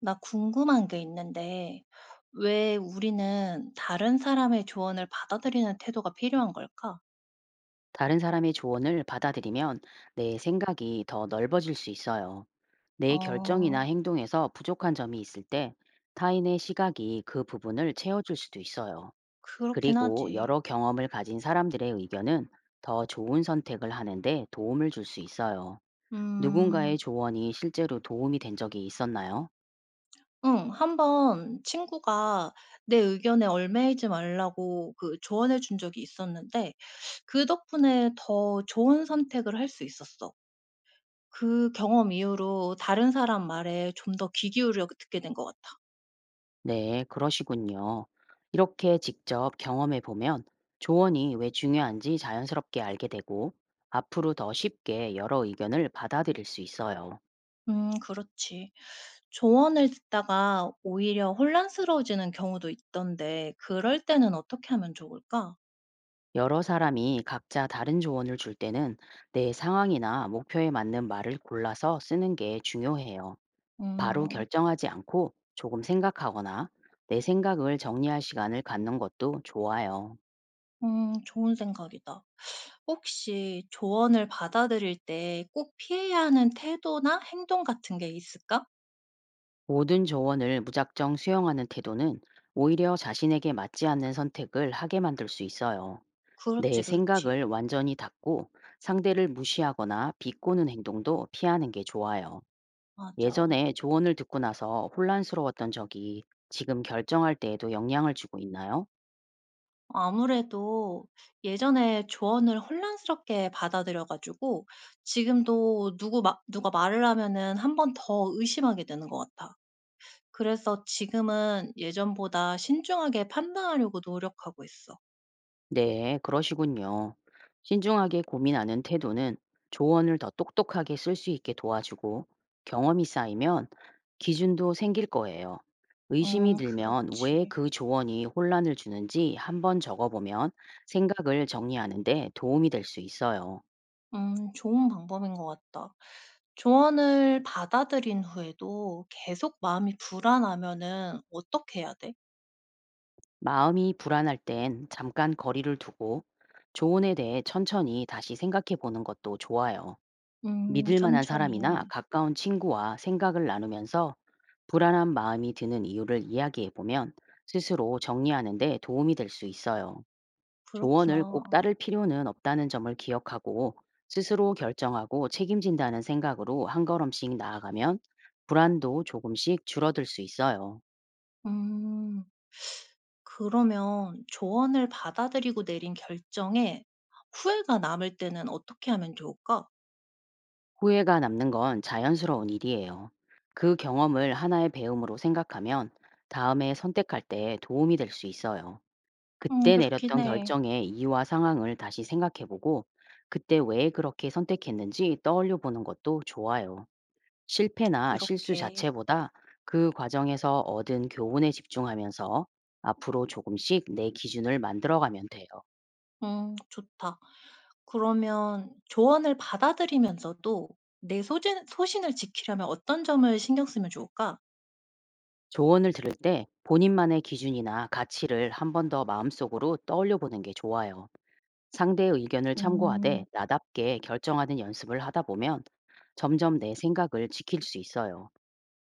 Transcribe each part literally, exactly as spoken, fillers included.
나 궁금한 게 있는데, 왜 우리는 다른 사람의 조언을 받아들이는 태도가 필요한 걸까? 다른 사람의 조언을 받아들이면 내 생각이 더 넓어질 수 있어요. 내 결정이나 어, 행동에서 부족한 점이 있을 때 타인의 시각이 그 부분을 채워줄 수도 있어요. 그렇긴 그리고 하지. 여러 경험을 가진 사람들의 의견은 더 좋은 선택을 하는데 도움을 줄 수 있어요. 음, 누군가의 조언이 실제로 도움이 된 적이 있었나요? 응, 한 번 친구가 내 의견에 얽매이지 말라고 그 조언해 준 적이 있었는데, 그 덕분에 더 좋은 선택을 할 수 있었어. 그 경험 이후로 다른 사람 말에 좀 더 귀 기울여 듣게 된 것 같아. 네, 그러시군요. 이렇게 직접 경험해 보면 조언이 왜 중요한지 자연스럽게 알게 되고 앞으로 더 쉽게 여러 의견을 받아들일 수 있어요. 음, 그렇지. 조언을 듣다가 오히려 혼란스러워지는 경우도 있던데 그럴 때는 어떻게 하면 좋을까? 여러 사람이 각자 다른 조언을 줄 때는 내 상황이나 목표에 맞는 말을 골라서 쓰는 게 중요해요. 바로 음. 결정하지 않고 조금 생각하거나 내 생각을 정리할 시간을 갖는 것도 좋아요. 음, 좋은 생각이다. 혹시 조언을 받아들일 때 꼭 피해야 하는 태도나 행동 같은 게 있을까? 모든 조언을 무작정 수용하는 태도는 오히려 자신에게 맞지 않는 선택을 하게 만들 수 있어요. 내 그렇지, 그렇지. 생각을 완전히 닫고 상대를 무시하거나 비꼬는 행동도 피하는 게 좋아요. 맞아. 예전에 조언을 듣고 나서 혼란스러웠던 적이 지금 결정할 때에도 영향을 주고 있나요? 아무래도 예전에 조언을 혼란스럽게 받아들여 가지고 지금도 누구 마 누가 말을 하면은 한 번 더 의심하게 되는 것 같아. 그래서 지금은 예전보다 신중하게 판단하려고 노력하고 있어. 네, 그러시군요. 신중하게 고민하는 태도는 조언을 더 똑똑하게 쓸 수 있게 도와주고, 경험이 쌓이면 기준도 생길 거예요. 의심이 음, 들면 왜 그렇지. 그 조언이 혼란을 주는지 한 번 적어보면 생각을 정리하는데 도움이 될 수 있어요. 음, 좋은 방법인 것 같다. 조언을 받아들인 후에도 계속 마음이 불안하면은 어떻게 해야 돼? 마음이 불안할 땐 잠깐 거리를 두고 조언에 대해 천천히 다시 생각해 보는 것도 좋아요. 음, 믿을 만한 사람이나 천천히. 가까운 친구와 생각을 나누면서 불안한 마음이 드는 이유를 이야기해 보면 스스로 정리하는 데 도움이 될 수 있어요. 조언을 꼭 그렇구나. 따를 필요는 없다는 점을 기억하고, 스스로 결정하고 책임진다는 생각으로 한 걸음씩 나아가면 불안도 조금씩 줄어들 수 있어요. 음. 그러면 조언을 받아들이고 내린 결정에 후회가 남을 때는 어떻게 하면 좋을까? 후회가 남는 건 자연스러운 일이에요. 그 경험을 하나의 배움으로 생각하면 다음에 선택할 때 도움이 될 수 있어요. 음, 그때 그렇긴 내렸던 해. 결정의 이유와 상황을 다시 생각해 보고, 그때 왜 그렇게 선택했는지 떠올려 보는 것도 좋아요. 실패나 실수 그렇게. 자체보다 그 과정에서 얻은 교훈에 집중하면서 앞으로 조금씩 내 기준을 만들어가면 돼요. 음, 좋다. 그러면 조언을 받아들이면서도 내 소진, 소신을 지키려면 어떤 점을 신경 쓰면 좋을까? 조언을 들을 때 본인만의 기준이나 가치를 한 번 더 마음속으로 떠올려 보는 게 좋아요. 상대의 의견을 음, 참고하되 나답게 결정하는 연습을 하다 보면 점점 내 생각을 지킬 수 있어요.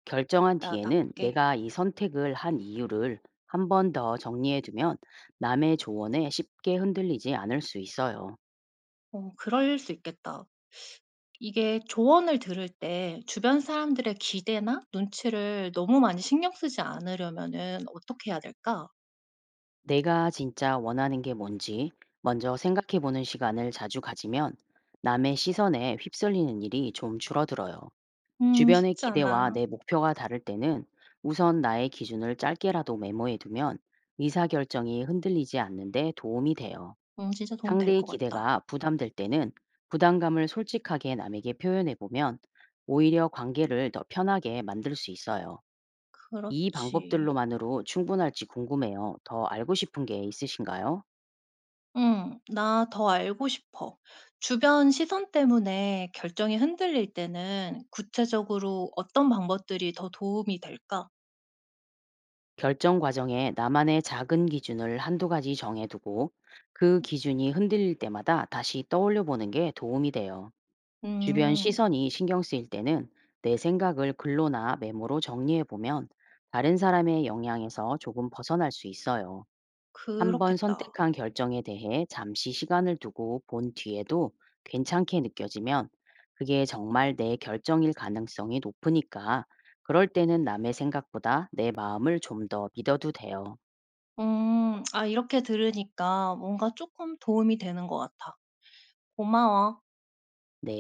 결정한 뒤에는 나답게. 내가 이 선택을 한 이유를 한 번 더 정리해 두면 남의 조언에 쉽게 흔들리지 않을 수 있어요. 어, 그럴 수 있겠다. 이게 조언을 들을 때 주변 사람들의 기대나 눈치를 너무 많이 신경 쓰지 않으려면은 어떻게 해야 될까? 내가 진짜 원하는 게 뭔지 먼저 생각해 보는 시간을 자주 가지면 남의 시선에 휩쓸리는 일이 좀 줄어들어요. 음, 주변의 쉽지 기대와 않아. 내 목표가 다를 때는 우선 나의 기준을 짧게라도 메모해 두면 의사결정이 흔들리지 않는데 도움이 돼요. 응, 진짜 도움 될 상대의 것 같다. 기대가 부담될 때는 부담감을 솔직하게 남에게 표현해 보면 오히려 관계를 더 편하게 만들 수 있어요. 이 그렇지. 방법들로만으로 충분할지 궁금해요. 더 알고 싶은 게 있으신가요? 응. 나 더 알고 싶어. 주변 시선 때문에 결정이 흔들릴 때는 구체적으로 어떤 방법들이 더 도움이 될까? 결정 과정에 나만의 작은 기준을 한두 가지 정해두고 그 기준이 흔들릴 때마다 다시 떠올려 보는 게 도움이 돼요. 주변 음, 시선이 신경 쓰일 때는 내 생각을 글로나 메모로 정리해 보면 다른 사람의 영향에서 조금 벗어날 수 있어요. 한번 그렇겠다. 선택한 결정에 대해 잠시 시간을 두고 본 뒤에도 괜찮게 느껴지면 그게 정말 내 결정일 가능성이 높으니까, 그럴 때는 남의 생각보다 내 마음을 좀 더 믿어도 돼요. 음. 아, 이렇게 들으니까 뭔가 조금 도움이 되는 것 같아. 고마워. 네.